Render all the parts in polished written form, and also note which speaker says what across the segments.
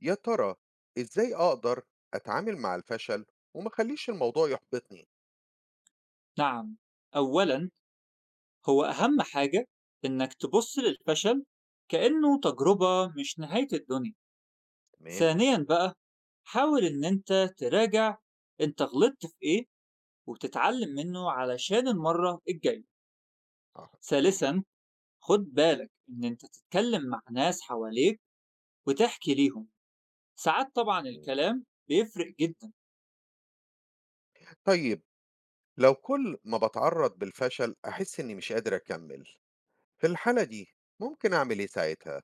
Speaker 1: يا ترى إزاي أقدر أتعامل مع الفشل وما أخليش الموضوع يحبطني؟
Speaker 2: نعم. أولا هو أهم حاجة إنك تبص للفشل كأنه تجربة مش نهاية الدنيا.
Speaker 1: تمام،
Speaker 2: ثانيا بقى حاول إن أنت تراجع أنت غلطت في إيه وتتعلم منه علشان المرة الجاية.
Speaker 1: آه تمام،
Speaker 2: ثالثا خد بالك إن أنت تتكلم مع ناس حواليك وتحكي ليهم، ساعات طبعا
Speaker 1: تمام.
Speaker 2: الكلام بيفرق جدا.
Speaker 1: طيب لو كل ما باتعرّض بالفشل أحس إني مش قادر أكمّل، في الحالة دي ممكن أعمل إيه ساعتها؟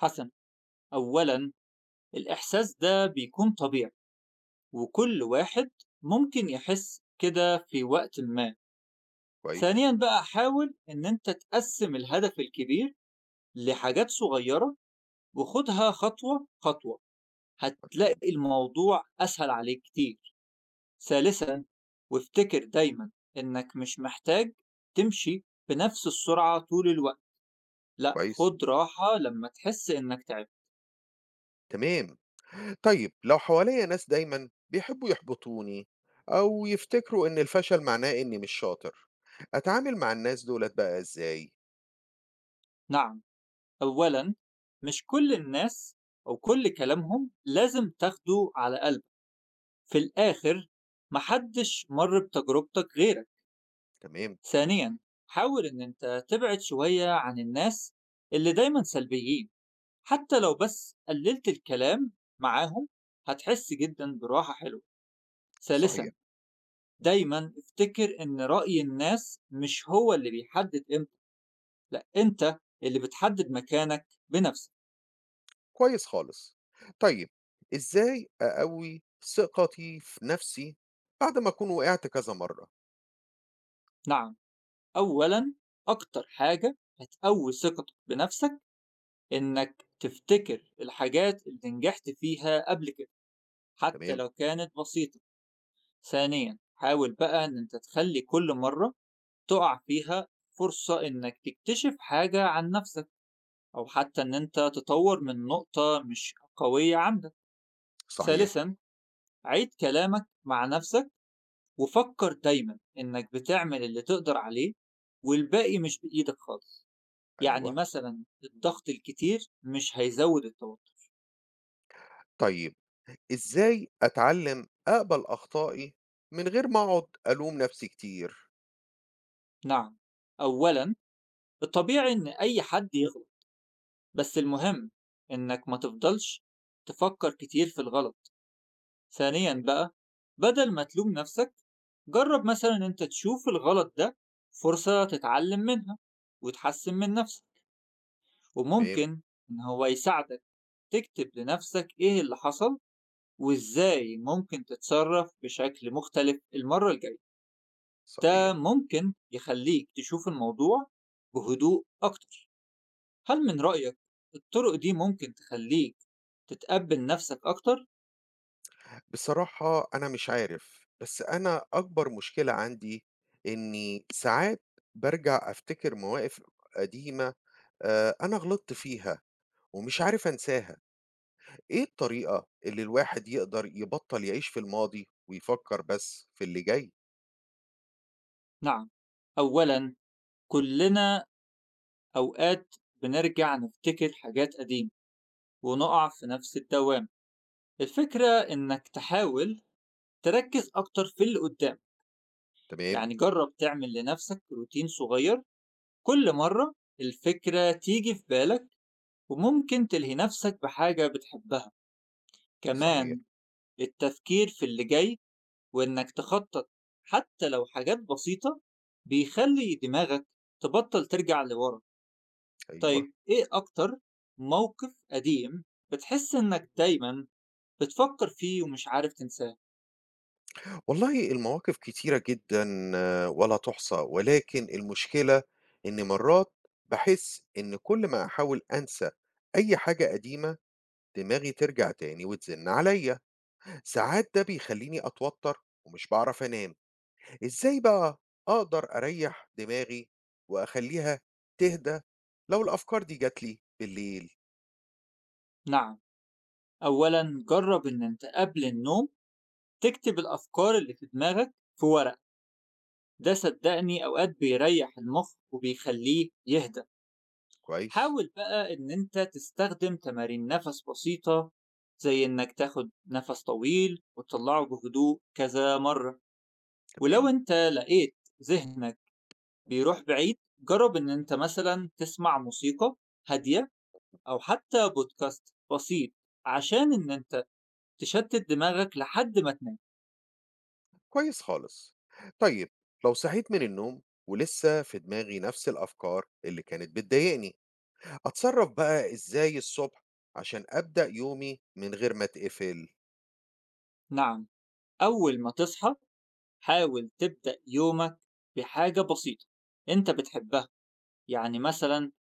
Speaker 2: حسن، أولا الإحساس ده بيكون طبيعي وكل واحد ممكن يحس كده في وقت ما.
Speaker 1: كويس،
Speaker 2: ثانيا بقى حاول ان انت تقسم الهدف الكبير لحاجات صغيرة وخدها خطوة خطوة،
Speaker 1: مفهوم،
Speaker 2: هتلاقي الموضوع اسهل عليك كتير. ثالثا وافتكر دايما انك مش محتاج تمشي بنفس السرعة طول الوقت، لا
Speaker 1: كويس،
Speaker 2: خد راحة لما تحس انك تعبت.
Speaker 1: تمام. طيب لو حواليّا ناس دايمًا بيحبّوا يحبطوني أو يفتكروا إن الفشل معناه إني مش شاطر، أتعامل مع الناس دُولة بقى إزاي؟
Speaker 2: نعم، اولا مش كل الناس او كل كلامهم لازم تاخده على قلب، في الآخر محدش مر بتجربتك غيرك.
Speaker 1: تمام،
Speaker 2: ثانيا حاول إن أنت تبعد شوية عن الناس اللي دايما سلبيين، حتى لو بس قللت الكلام معاهم هتحس جدا براحة حلوة.
Speaker 1: صحيح.
Speaker 2: ثالثا دايما افتكر إن رأي الناس مش هو اللي بيحدد قيمتك، لا أنت اللي بتحدد مكانك بنفسك.
Speaker 1: كويس خالص. طيب، إزاي أقوّي ثقتي في نَفْسي بعد ما أكون وقعت كذا مرّة؟
Speaker 2: نعم، أولا أكتر حاجة هتقوي ثقتك بنفسك إنك تفتكر الحاجات اللي نجحت فيها قبل كده، حتى
Speaker 1: تمام،
Speaker 2: لو كانت بسيطة. ثانيا حاول بقى إن أنت تخلي كل مرة تقع فيها فرصة إنك تكتشف حاجة عن نفسك، أو حتى إن أنت تطور من نقطة مش قوية عندك.
Speaker 1: صحيح،
Speaker 2: ثالثا عيد كلامك مع نفسك وفكر دايما إنك بتعمل اللي تقدر عليه، والباقي مش بإيدك خالص، يعني
Speaker 1: أيوه.
Speaker 2: مثلا الضغط الكتير مش هيزود التوتر.
Speaker 1: طيب، إزاي أتعلّم أقبل أخطائي من غير ما أقعد ألوم نَفْسي كتير؟
Speaker 2: نعم، أولا الطبيعي إن أي حد يغلط، بس المهم إنك ما تفضلش تفكر كتير في الغلط. ثانيا بقى بدل ما تلوم نفسك، جرب مثلا إن أنت تشوف الغلط ده فرصة تتعلم منها وتحسن من نفسك.
Speaker 1: تمام،
Speaker 2: وممكن إن هو يساعدك تكتب لنفسك إيه اللي حصل وإزاي ممكن تتصرف بشكل مختلف المرة الجاية. ده
Speaker 1: صحيح.
Speaker 2: ممكن يخليك تشوف الموضوع بهدوء أكتر. هل من رأيك الطرق دي ممكن تخليك تتقبل نفسك أكتر؟
Speaker 1: بصراحة أنا مش عارف، بس أنا أكبر مشكلة عندي إنّي ساعات بارجع أفتكر مواقف قديمة أنا غلطت فيها ومش عارف أنساها. إيه الطريقة اللي الواحد يقدر يبطّل يعيش في الماضي ويفكّر بس في اللي جاي؟
Speaker 2: نعم، أولًا كلنا أوقات بنرجع نفتكر حاجات قديمة ونقع في نفس الدوام، الفكرة إنك تحاول تركز أكتر في اللي قدام.
Speaker 1: تمام،
Speaker 2: يعني جرب تعمل لنفسك روتين صغير كل مرة الفكرة تيجي في بالك، وممكن تلهي نفسك بحاجة بتحبها.
Speaker 1: صحيح،
Speaker 2: كمان التفكير في اللي جاي وإنك تخطط حتى لو حاجات بسيطة بيخلي دماغك تبطل ترجع لورا.
Speaker 1: أيوه.
Speaker 2: طيب إيه أكتر موقف قديم بتحس إنك دايما بتفكر فيه ومش عارف تنساه؟
Speaker 1: والله المواقف كتيرة جدًا آه، ولا تُحصى، ولكن المشكلة إن مرّات باحس إن كل ما أحاول أنسى أي حاجة قديمة، دماغي ترجع تاني وتزن عليّا. ساعات ده بيخلّيني أتوتّر ومش باعرف أنام. إزاي بقى أقدر أريّح دماغي وأخلّيها تهدى لو الأفكار دي جات لي بالليل؟
Speaker 2: نعم، أولا جرب إن أنت قبل النوم تكتب الأفكار اللي في دماغك في ورق، ده صدقني أوقات بيريح المخ وبيخليه يهدى.
Speaker 1: كويس،
Speaker 2: حاول بقى إن أنت تستخدم تمارين نفس بسيطة، زي إنك تاخد نفس طويل وتطلعه بهدوء كذا مرة. ولو
Speaker 1: تمام،
Speaker 2: أنت لقيت ذهنك بيروح بعيد جرب إن أنت مثلا تسمع موسيقى هادية أو حتى بودكاست بسيط، عشان إن أنت تشتت دماغك لحد ما تنام.
Speaker 1: كويس خالص. طيب لو صحيت من النوم ولسه في دماغي نفس الأفكار اللي كانت بتضايقني، أتصرف بقى إزاي الصبح عشان أبدأ يومي من غير ما أتقفل؟
Speaker 2: نعم، أول ما تصحى حاول تبدأ يومك بحاجة بسيطة أنت بتحبها، يعني مثلا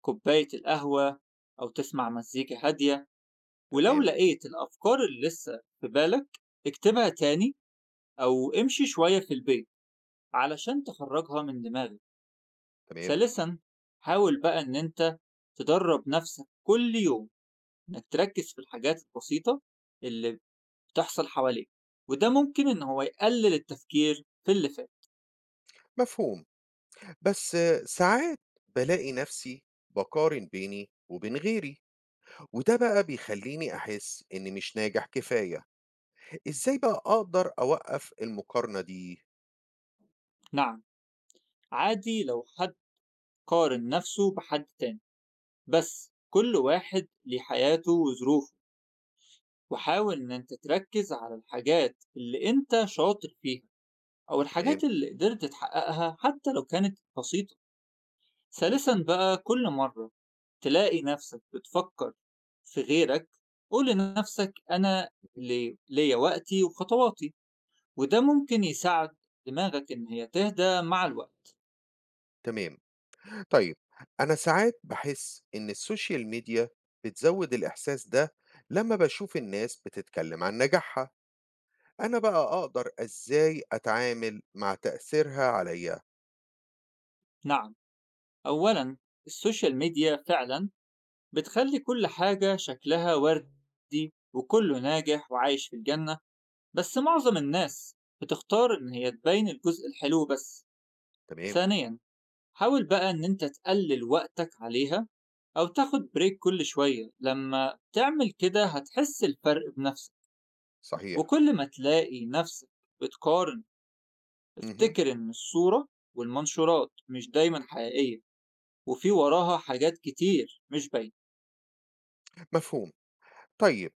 Speaker 2: كوباية القهوة أو تسمع مزيكا هادية. ولو
Speaker 1: تمام،
Speaker 2: لقيت الأفكار اللي لسه في بالك اكتبها تاني، أو امشي شوية في البيت علشان تخرجها من دماغك.
Speaker 1: تمام،
Speaker 2: ثالثا حاول بقى إن أنت تدرب نفسك كل يوم إنك تركز في الحاجات البسيطة اللي بتحصل حواليك، وده ممكن إن هو يقلل التفكير في اللي فات.
Speaker 1: مفهوم. بس ساعات بالاقي نفسي باقارن بيني وبين غيري، وده بقى بيخليني أحس إني مش ناجح كفاية. إزاي بقى أقدر أوقف المقارنة دي؟
Speaker 2: نعم، عادي لو حد قارن نفسه بحد تاني، بس كل واحد ليه حياته وظروفه، وحاول إن أنت تركز على الحاجات اللي أنت شاطر فيها أو
Speaker 1: تمام،
Speaker 2: الحاجات اللي قدرت تحققها حتى لو كانت بسيطة.
Speaker 1: اهم،
Speaker 2: ثالثا بقى كل مرة تلاقي نفسك بتفكر في غيرك قول لنفسك أنا
Speaker 1: اهم،
Speaker 2: ليا وقتي وخطواتي، وده ممكن يساعد دماغك إن هي تهدى مع الوقت.
Speaker 1: تمام. طيب أنا ساعات بحس إن السوشيال ميديا بتزود الإحساس ده لما بشوف الناس بتتكلم عن نجاحها، أنا بقى أقدر إزاي أتعامل مع تأثيرها عليا؟
Speaker 2: نعم، أولا السوشيال ميديا فعلا بتخلي كل حاجة شكلها وردي وكله ناجح وعايش في الجنة، بس معظم الناس بتختار إن هي تبين الجزء الحلو بس.
Speaker 1: تمام،
Speaker 2: ثانيا حاول بقى إن أنت تقلل وقتك عليها أو تاخد بريك كل شوية، لما تعمل كده هتحس الفرق بنفسك.
Speaker 1: صحيح،
Speaker 2: وكل ما تلاقي نفسك بتقارن
Speaker 1: مهم.
Speaker 2: افتكر إن الصورة والمنشورات مش دايما حقيقية، وفي وراها حاجات كتير مش باينة.
Speaker 1: مفهوم. طيب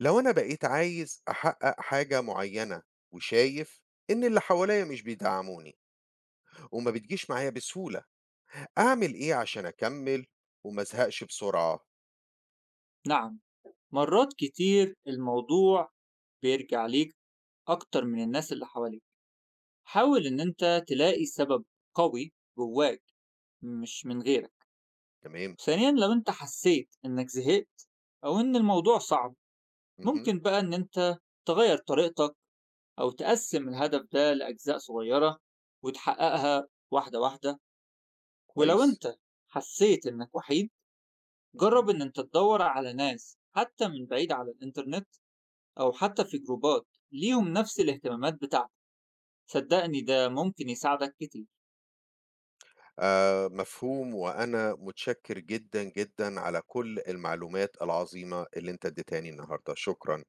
Speaker 1: لو أنا بقيت عايز أحقق حاجة معينة وشايف إن اللي حواليا مش بيدعموني وما بتجيش معايا بسهولة، أعمل إيه عشان أكمل وما أزهقش بسرعة؟
Speaker 2: نعم، مرات كتير الموضوع بيرجع ليك أكتر من الناس اللي حواليك، حاول إن أنت تلاقي سبب قوي جواك مش من غيرك.
Speaker 1: تمام،
Speaker 2: ثانيا لو أنت حسيت إنك زهقت أو إن الموضوع صعب
Speaker 1: مهم.
Speaker 2: ممكن بقى إن أنت تغير طريقتك، أو تقسم الهدف ده لأجزاء صغيرة وتحققها واحدة واحدة. ولو
Speaker 1: كويس،
Speaker 2: أنت حسيت إنك وحيد
Speaker 1: مهم.
Speaker 2: جرب إن أنت تدور على ناس حتى من بعيد على الإنترنت، أو حتى في جروبات ليهم نفس الاهتمامات بتاعتك، صدقني ده ممكن يساعدك كتير.
Speaker 1: مفهوم، وأنا متشكر جدًا، جدًا على كل المعلومات العظيمة اللي أنت اديتهاني النهارده، شكرًا.